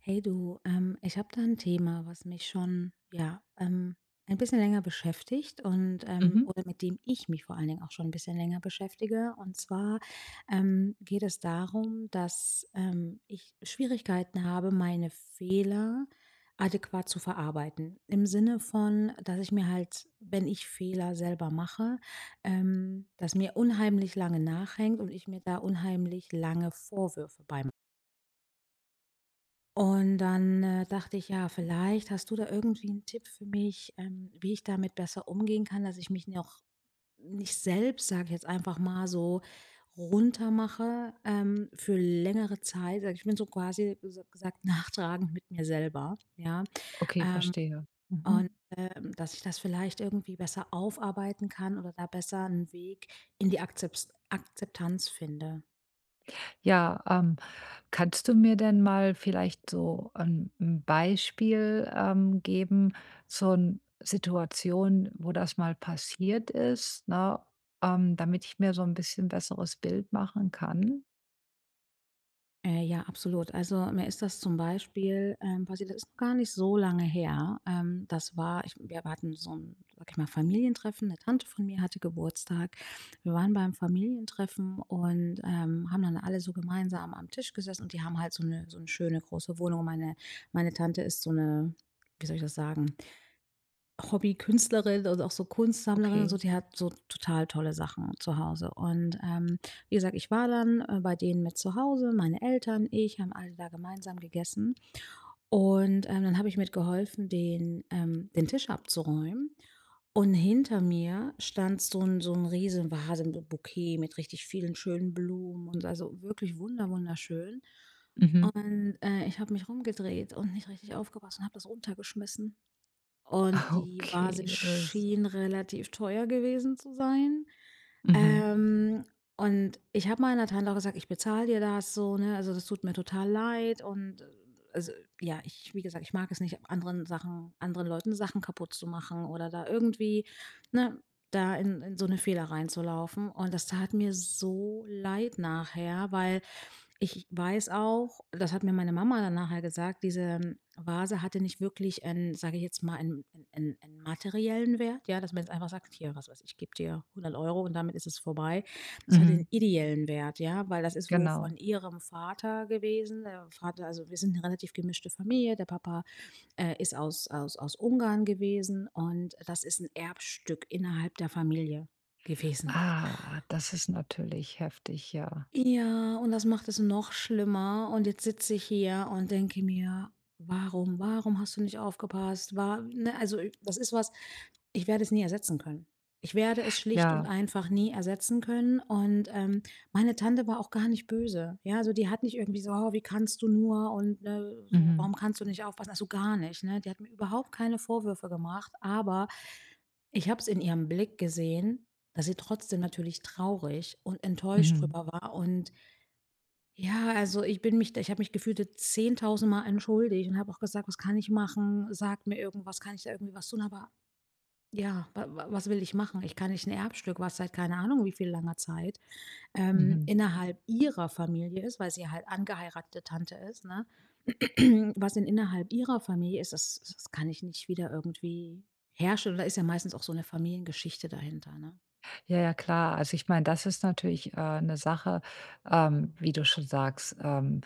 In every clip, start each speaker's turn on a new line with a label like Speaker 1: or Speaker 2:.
Speaker 1: Hey du, ich habe da ein Thema, was mich schon, ja, ein bisschen länger beschäftigt und, ähm
Speaker 2: Mhm.
Speaker 1: oder mit dem ich mich vor allen Dingen auch schon ein bisschen länger beschäftige. Und zwar, geht es darum, dass, ich Schwierigkeiten habe, meine Fehler adäquat zu verarbeiten. Im Sinne von, dass ich mir halt, wenn ich Fehler selber mache, das mir unheimlich lange nachhängt und ich mir da unheimlich lange Vorwürfe bei und dann, dachte ich: „Ja, vielleicht hast du da irgendwie einen Tipp für mich, wie ich damit besser umgehen kann, dass ich mich noch nicht selbst, sage ich jetzt einfach mal, so runtermache, für längere Zeit.“ Sage ich: „Ich bin so quasi gesagt nachtragend mit mir selber“, ja?
Speaker 2: Okay,
Speaker 1: Ähm,
Speaker 2: verstehe.
Speaker 1: und,
Speaker 2: Mhm.
Speaker 1: dass ich das vielleicht irgendwie besser aufarbeiten kann oder da besser einen Weg in die Akzeps Akzeptanz finde.
Speaker 2: Ja, kannst du mir denn mal vielleicht so ein 'n Beispiel, geben, so eine Situation, wo das mal passiert ist, ne, damit ich mir so ein bisschen besseres Bild machen kann?
Speaker 1: Ja, absolut. Also, mir ist das zum Beispiel, passiert, das ist noch gar nicht so lange her. Das war ich wir hatten so ein, sag ich mal, Familientreffen. Eine Tante von mir hatte Geburtstag. Wir waren beim Familientreffen und, haben dann alle so gemeinsam am Tisch gesessen und die haben halt so eine schöne große Wohnung. Meine Tante ist so eine, wie soll ich das sagen? Hobby-Künstlerin und auch so Kunstsammlerin und
Speaker 2: Okay.
Speaker 1: so, die hat so total tolle Sachen zu Hause. Und, wie gesagt, ich war dann, bei denen mit zu Hause, meine Eltern, ich, haben alle da gemeinsam gegessen. Und, dann habe ich mitgeholfen, den Tisch abzuräumen. Und hinter mir stand so 'n Riesenvase mit Bouquet mit richtig vielen schönen Blumen und also wirklich wunderschön.
Speaker 2: Mhm.
Speaker 1: Und, ich habe mich rumgedreht und nicht richtig aufgepasst und habe das runtergeschmissen. Und die Vase
Speaker 2: Okay,
Speaker 1: schien relativ teuer gewesen zu sein.
Speaker 2: mhm,
Speaker 1: Ähm, und ich habe meiner Tante auch gesagt: „Ich bezahle dir das so, ne? Also, das tut mir total leid.“ Und, also, ja, ich wie gesagt, ich mag es nicht, anderen Sachen anderen Leuten Sachen kaputt zu machen oder da irgendwie, ne, da in so eine Fehler reinzulaufen. Und das tat mir so leid nachher, weil ich weiß auch, das hat mir meine Mama dann nachher gesagt, diese Vase hatte nicht wirklich 'n, sage ich jetzt mal, einen 'n 'n materiellen Wert, ja, dass man jetzt einfach sagt: „Hier, was weiß ich, gebe dir 100 € und damit ist es vorbei.“ Das hatte den
Speaker 2: mhm,
Speaker 1: ideellen Wert, ja, weil das ist wo
Speaker 2: genau.
Speaker 1: von ihrem Vater gewesen. Der Vater, also, wir sind eine relativ gemischte Familie. Der Papa, ist aus Ungarn gewesen und das ist ein Erbstück innerhalb der Familie gewesen.
Speaker 2: Ah, das ist natürlich heftig, ja.
Speaker 1: Ja, und das macht es noch schlimmer. Und jetzt sitze ich hier und denke mir: „Warum? Warum hast du nicht aufgepasst?“ war ne, also, ich- das ist was ich werde es nie ersetzen können. Ich werde es schlicht und
Speaker 2: Ja.
Speaker 1: einfach nie ersetzen können. Und, meine Tante war auch gar nicht böse. Ja, also, die hat nicht irgendwie so: „Oh, wie kannst du nur und, ne, so,
Speaker 2: Mhm,
Speaker 1: warum kannst du nicht aufpassen?“ Also, gar nicht, ne? Die hat mir überhaupt keine Vorwürfe gemacht, aber ich habe es in ihrem Blick gesehen, dass sie trotzdem natürlich traurig und enttäuscht
Speaker 2: mhm,
Speaker 1: drüber war und ja, also, ich habe mich gefühlt 10.000 Mal entschuldigt und habe auch gesagt: „Was kann ich machen? Sagt mir irgendwas, kann ich da irgendwie was tun?“ Aber ja, wa wa was will ich machen? Ich kann nicht ein Erbstück, was seit keine Ahnung wie viel langer Zeit,
Speaker 2: mhm.
Speaker 1: innerhalb ihrer Familie ist, weil sie halt angeheiratete Tante ist, ne? Was denn innerhalb ihrer Familie ist, das kann ich nicht wieder irgendwie herstellen. Da ist ja meistens auch so eine Familiengeschichte dahinter, ne?
Speaker 2: Ja, ja, klar. Also ich meine, das ist natürlich eine Sache, wie du schon sagst. Ähm,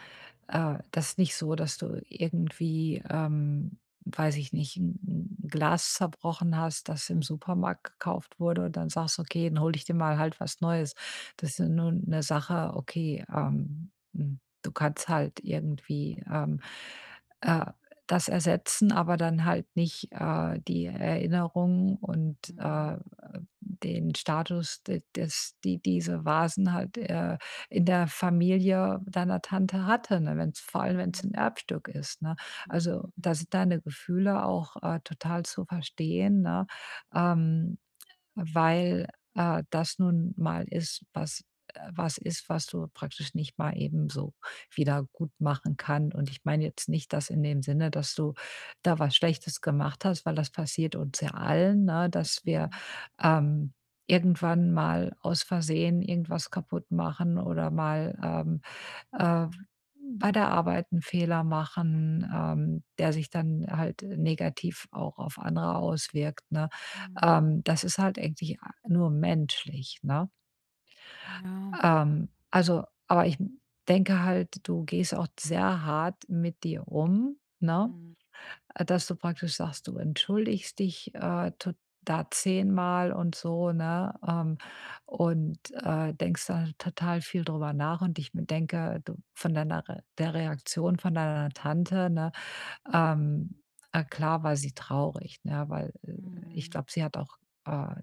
Speaker 2: äh, Das ist nicht so, dass du irgendwie, weiß ich nicht, ein Glas zerbrochen hast, das im Supermarkt gekauft wurde und dann sagst, okay, dann hole ich dir mal halt was Neues. Das ist ja nun eine Sache, okay, du kannst halt irgendwie äh, das ersetzen, aber dann halt nicht die Erinnerungen und
Speaker 1: Mhm,
Speaker 2: den Status de des die diese Vasen halt, in der Familie deiner Tante hatte, ne, wenn's vor allem wenn es
Speaker 1: mhm.
Speaker 2: ein Erbstück ist, ne? Also,
Speaker 1: Mhm,
Speaker 2: da sind deine Gefühle auch, total zu verstehen, ne? Ähm Weil, das nun mal ist, was ist, was du praktisch nicht mal eben so wieder gut machen kann. Und ich meine jetzt nicht das in dem Sinne, dass du da was Schlechtes gemacht hast, weil das passiert uns ja allen, ne, dass wir,
Speaker 1: mhm,
Speaker 2: ähm, irgendwann mal aus Versehen irgendwas kaputt machen oder mal, äh, bei der Arbeit einen Fehler machen, der sich dann halt negativ auch auf andere auswirkt, ne?
Speaker 1: mhm.
Speaker 2: Das ist halt eigentlich a nur menschlich, ne?
Speaker 1: Ja.
Speaker 2: Also aber ich denke halt, du gehst auch sehr hart mit dir um, ne?
Speaker 1: Mhm,
Speaker 2: Dass du praktisch sagst, du entschuldigst dich, to da zehnmal und so, ne? Und, denkst da total viel drüber nach und ich mir denke, du von deiner Re der Reaktion von deiner Tante, ne, ähm, klar war sie traurig, ne, weil, ich
Speaker 1: mhm,
Speaker 2: glaube, sie hat auch, äh,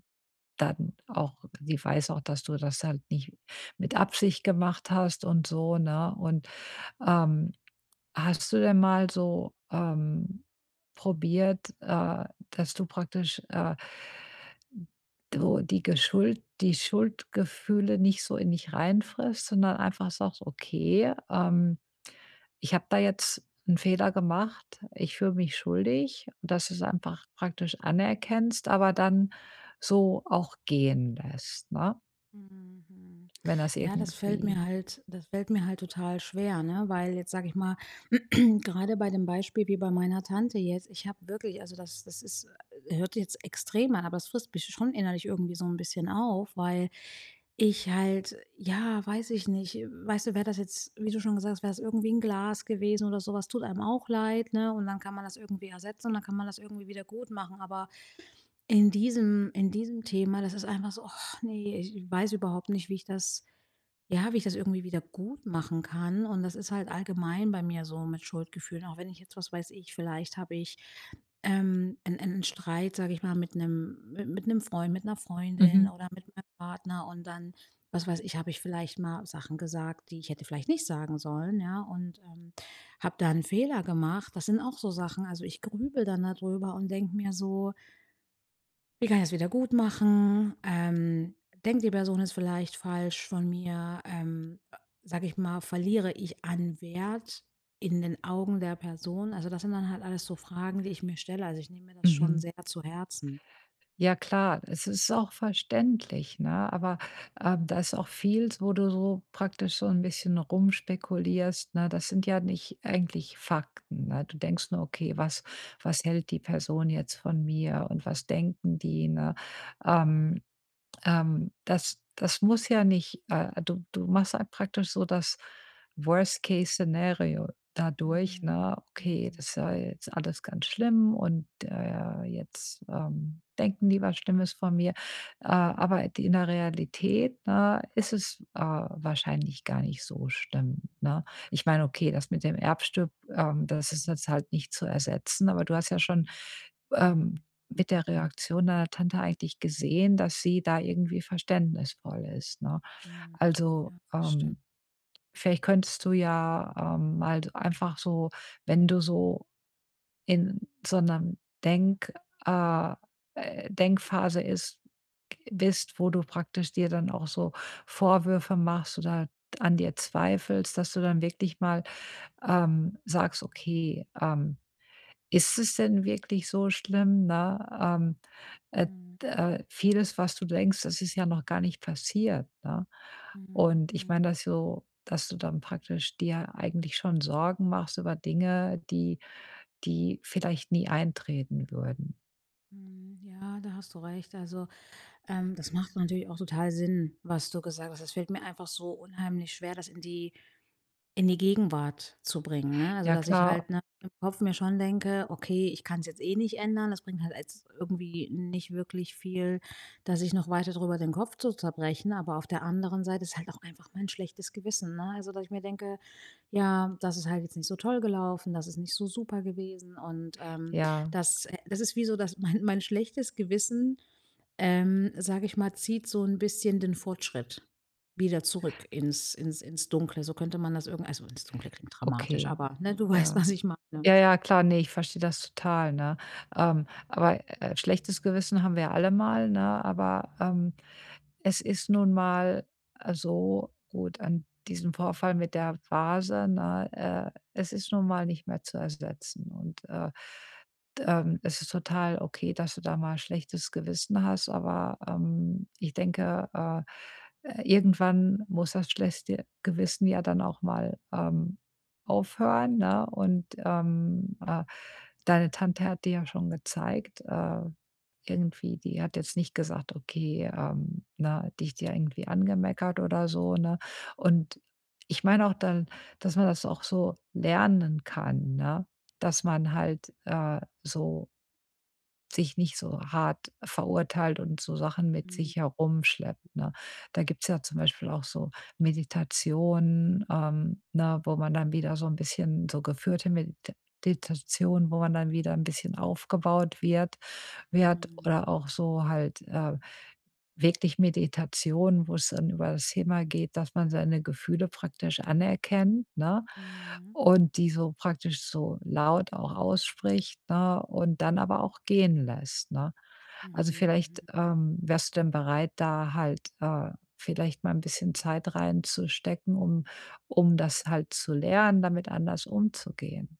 Speaker 2: dann auch sie weiß auch, dass du das halt nicht mit Absicht gemacht hast und so, ne? Und, ähm hast du denn mal so, probiert, dass du praktisch, du die Geschuld die Schuldgefühle nicht so in dich reinfrisst, sondern einfach sagst: „Okay, ich habe da jetzt einen Fehler gemacht. Ich fühle mich schuldig.“ Und dass du es einfach praktisch anerkennst, aber dann so auch gehen lässt, ne?
Speaker 1: mhm, mhm.
Speaker 2: Wenn das
Speaker 1: Ja,
Speaker 2: irgendwie
Speaker 1: das fällt mir halt total schwer, ne? Weil jetzt sage ich mal, gerade bei dem Beispiel wie bei meiner Tante jetzt, ich habe wirklich, also das ist hört jetzt extrem an, aber das frisst mich schon innerlich irgendwie so ein bisschen auf, weil ich halt ja, weiß ich nicht, weißt du, wäre das jetzt, wie du schon gesagt hast, wäre es irgendwie ein Glas gewesen oder sowas, tut einem auch leid, ne? Und dann kann man das irgendwie ersetzen und dann kann man das irgendwie wieder gut machen, aber in diesem Thema, das ist einfach so: oh nee, ich weiß überhaupt nicht, wie ich das ja, wie ich das irgendwie wieder gut machen kann.“ Und das ist halt allgemein bei mir so mit Schuldgefühlen, auch wenn ich jetzt, was weiß ich, vielleicht habe ich, 'n Streit, sage ich mal, mit einem mit 'nem Freund, mit einer Freundin
Speaker 2: mhm,
Speaker 1: oder mit meinem Partner und dann, was weiß ich, habe ich vielleicht mal Sachen gesagt, die ich hätte vielleicht nicht sagen sollen, ja, und, habe da einen Fehler gemacht. Das sind auch so Sachen, also, ich grübele dann darüber und denke mir so: Wie kann ich das wieder gut machen? Denkt die Person, ist vielleicht falsch von mir? Sage ich mal, verliere ich an Wert in den Augen der Person? Also das sind dann halt alles so Fragen, die ich mir stelle. Also ich nehme mir das schon
Speaker 2: mhm.
Speaker 1: sehr zu Herzen.
Speaker 2: Ja klar, es ist auch verständlich, ne? Aber, da ist auch viel, wo du so praktisch so ein bisschen rumspekulierst, ne? Das sind ja nicht eigentlich Fakten, ne? Du denkst nur: „Okay, was hält die Person jetzt von mir und was denken die“, ne? Ähm Das das muss ja nicht du machst halt praktisch so das Worst-Case-Szenario dadurch,
Speaker 1: Mhm.
Speaker 2: ne? Okay,
Speaker 1: Mhm.
Speaker 2: das ist ja jetzt alles ganz schlimm und, jetzt, denken die was Schlimmes von mir.
Speaker 1: Mhm.
Speaker 2: Aber in der Realität, ne, ist es, wahrscheinlich gar nicht so schlimm, ne? Ich meine, okay, das mit dem Erbstück, das ist jetzt halt nicht zu ersetzen, aber du hast ja schon, ähm mit der Reaktion deiner Tante eigentlich gesehen, dass sie da irgendwie verständnisvoll ist, ne?
Speaker 1: Mhm.
Speaker 2: Also,
Speaker 1: Ja, das stimmt.
Speaker 2: vielleicht könntest du ja, mal so einfach so, wenn du so in so 'nem Denk äh, Denkphase ist bist, wo du praktisch dir dann auch so Vorwürfe machst oder an dir zweifelst, dass du dann wirklich mal, sagst: „Okay, ist es denn wirklich so schlimm, ne? Äh,
Speaker 1: Mhm.
Speaker 2: d Vieles, was du denkst, das ist ja noch gar nicht passiert, ne?
Speaker 1: Mhm.
Speaker 2: Und ich
Speaker 1: Mhm.
Speaker 2: meine, dass du dann praktisch dir eigentlich schon Sorgen machst über Dinge, die vielleicht nie eintreten würden.
Speaker 1: Mhm. Ja, da hast du recht. Also, das macht natürlich auch total Sinn, was du gesagt hast. Es fällt mir einfach so unheimlich schwer, das in die in die Gegenwart zu bringen, ne? Also,
Speaker 2: Ja
Speaker 1: dass ich
Speaker 2: klar,
Speaker 1: halt, ne, im Kopf mir schon denke: „Okay, ich kann es jetzt eh nicht ändern.“ Das bringt halt jetzt irgendwie nicht wirklich viel, dass ich noch weiter drüber den Kopf zu zerbrechen. Aber auf der anderen Seite ist halt auch einfach mein schlechtes Gewissen, ne? Also, dass ich mir denke: „Ja, das ist halt jetzt nicht so toll gelaufen, das ist nicht so super gewesen.“ Und,
Speaker 2: ja,
Speaker 1: das, das ist wie so, dass mein schlechtes Gewissen, sage ich mal, zieht so ein bisschen den Fortschritt wieder zurück ins Dunkle. So könnte man das irgend, also, ins Dunkle klingt dramatisch,
Speaker 2: okay,
Speaker 1: aber, ne, du weißt,
Speaker 2: ja.
Speaker 1: was ich meine.
Speaker 2: Ja, ja, klar, nee, ich verstehe das total, ne? Aber, schlechtes Gewissen haben wir alle mal, ne? Aber, es ist nun mal, so gut, an diesem Vorfall mit der Vase, ne, es ist nun mal nicht mehr zu ersetzen und, es ist total okay, dass du da mal schlechtes Gewissen hast, aber, ich denke, irgendwann muss das schlechte Gewissen ja dann auch mal, aufhören, ne? Und, deine Tante hat dir ja schon gezeigt, irgendwie die hat jetzt nicht gesagt: „Okay, ne, dich dir irgendwie angemeckert oder so“, ne? Und ich meine auch dann, dass man das auch so lernen kann, ne? Dass man halt, so sich nicht so hart verurteilt und so Sachen mit
Speaker 1: Mhm,
Speaker 2: sich herumschleppt, ne? Da gibt's ja zum Beispiel auch so Meditationen, ne, wo man dann wieder so ein bisschen so geführte Meditationen, wo man dann wieder ein bisschen aufgebaut wird. Wert
Speaker 1: mhm,
Speaker 2: oder auch so halt, wirklich Meditation, wo es dann über das Thema geht, dass man seine Gefühle praktisch anerkennt, ne?
Speaker 1: mhm,
Speaker 2: Und die so praktisch so laut auch ausspricht, ne? Und dann aber auch gehen lässt, ne? Also,
Speaker 1: mhm,
Speaker 2: vielleicht,
Speaker 1: mhm.
Speaker 2: wärst du denn bereit, da halt, vielleicht mal ein bisschen Zeit reinzustecken, um das halt zu lernen, damit anders umzugehen?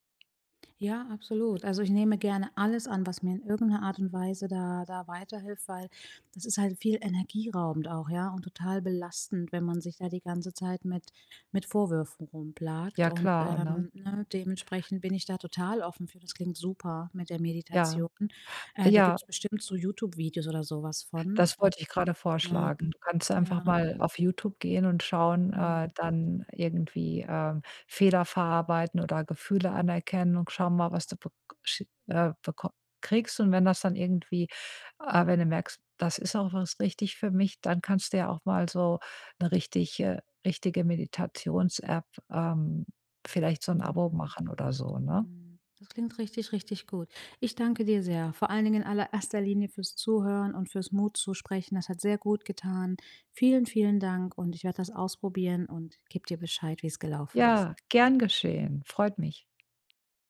Speaker 1: Ja, absolut. Also, ich nehme gerne alles an, was mir in irgendeiner Art und Weise da weiterhilft, weil das ist halt viel energieraubend auch, ja, und total belastend, wenn man sich da die ganze Zeit mit Vorwürfen rumplagt
Speaker 2: Ja
Speaker 1: und,
Speaker 2: klar, ne?
Speaker 1: ne, dementsprechend bin ich da total offen für. Das klingt super mit der
Speaker 2: Ja,
Speaker 1: Meditation. Da
Speaker 2: ja.
Speaker 1: gibt's bestimmt so YouTube-Videos oder sowas von.
Speaker 2: Das wollte ich gerade
Speaker 1: Ne?
Speaker 2: vorschlagen. Du kannst einfach
Speaker 1: Ja.
Speaker 2: mal auf YouTube gehen und schauen,
Speaker 1: Mhm.
Speaker 2: dann irgendwie, Fehler verarbeiten oder Gefühle anerkennen und schau mal, was du bek schi beko kriegst. Und wenn das dann irgendwie wenn du merkst, das ist auch was richtig für mich, dann kannst du ja auch mal so eine richtige Meditations-App, vielleicht so ein Abo
Speaker 1: Mhm.
Speaker 2: machen oder so, ne?
Speaker 1: Mhm. Das klingt richtig, richtig gut. Ich danke dir sehr, vor allen Dingen in allererster Linie fürs Zuhören und fürs Mut zu sprechen. Das hat sehr gut getan. Vielen, vielen Dank und ich werde das ausprobieren und gebe dir Bescheid, wie es gelaufen ist.
Speaker 2: Ja, gern geschehen. Freut mich.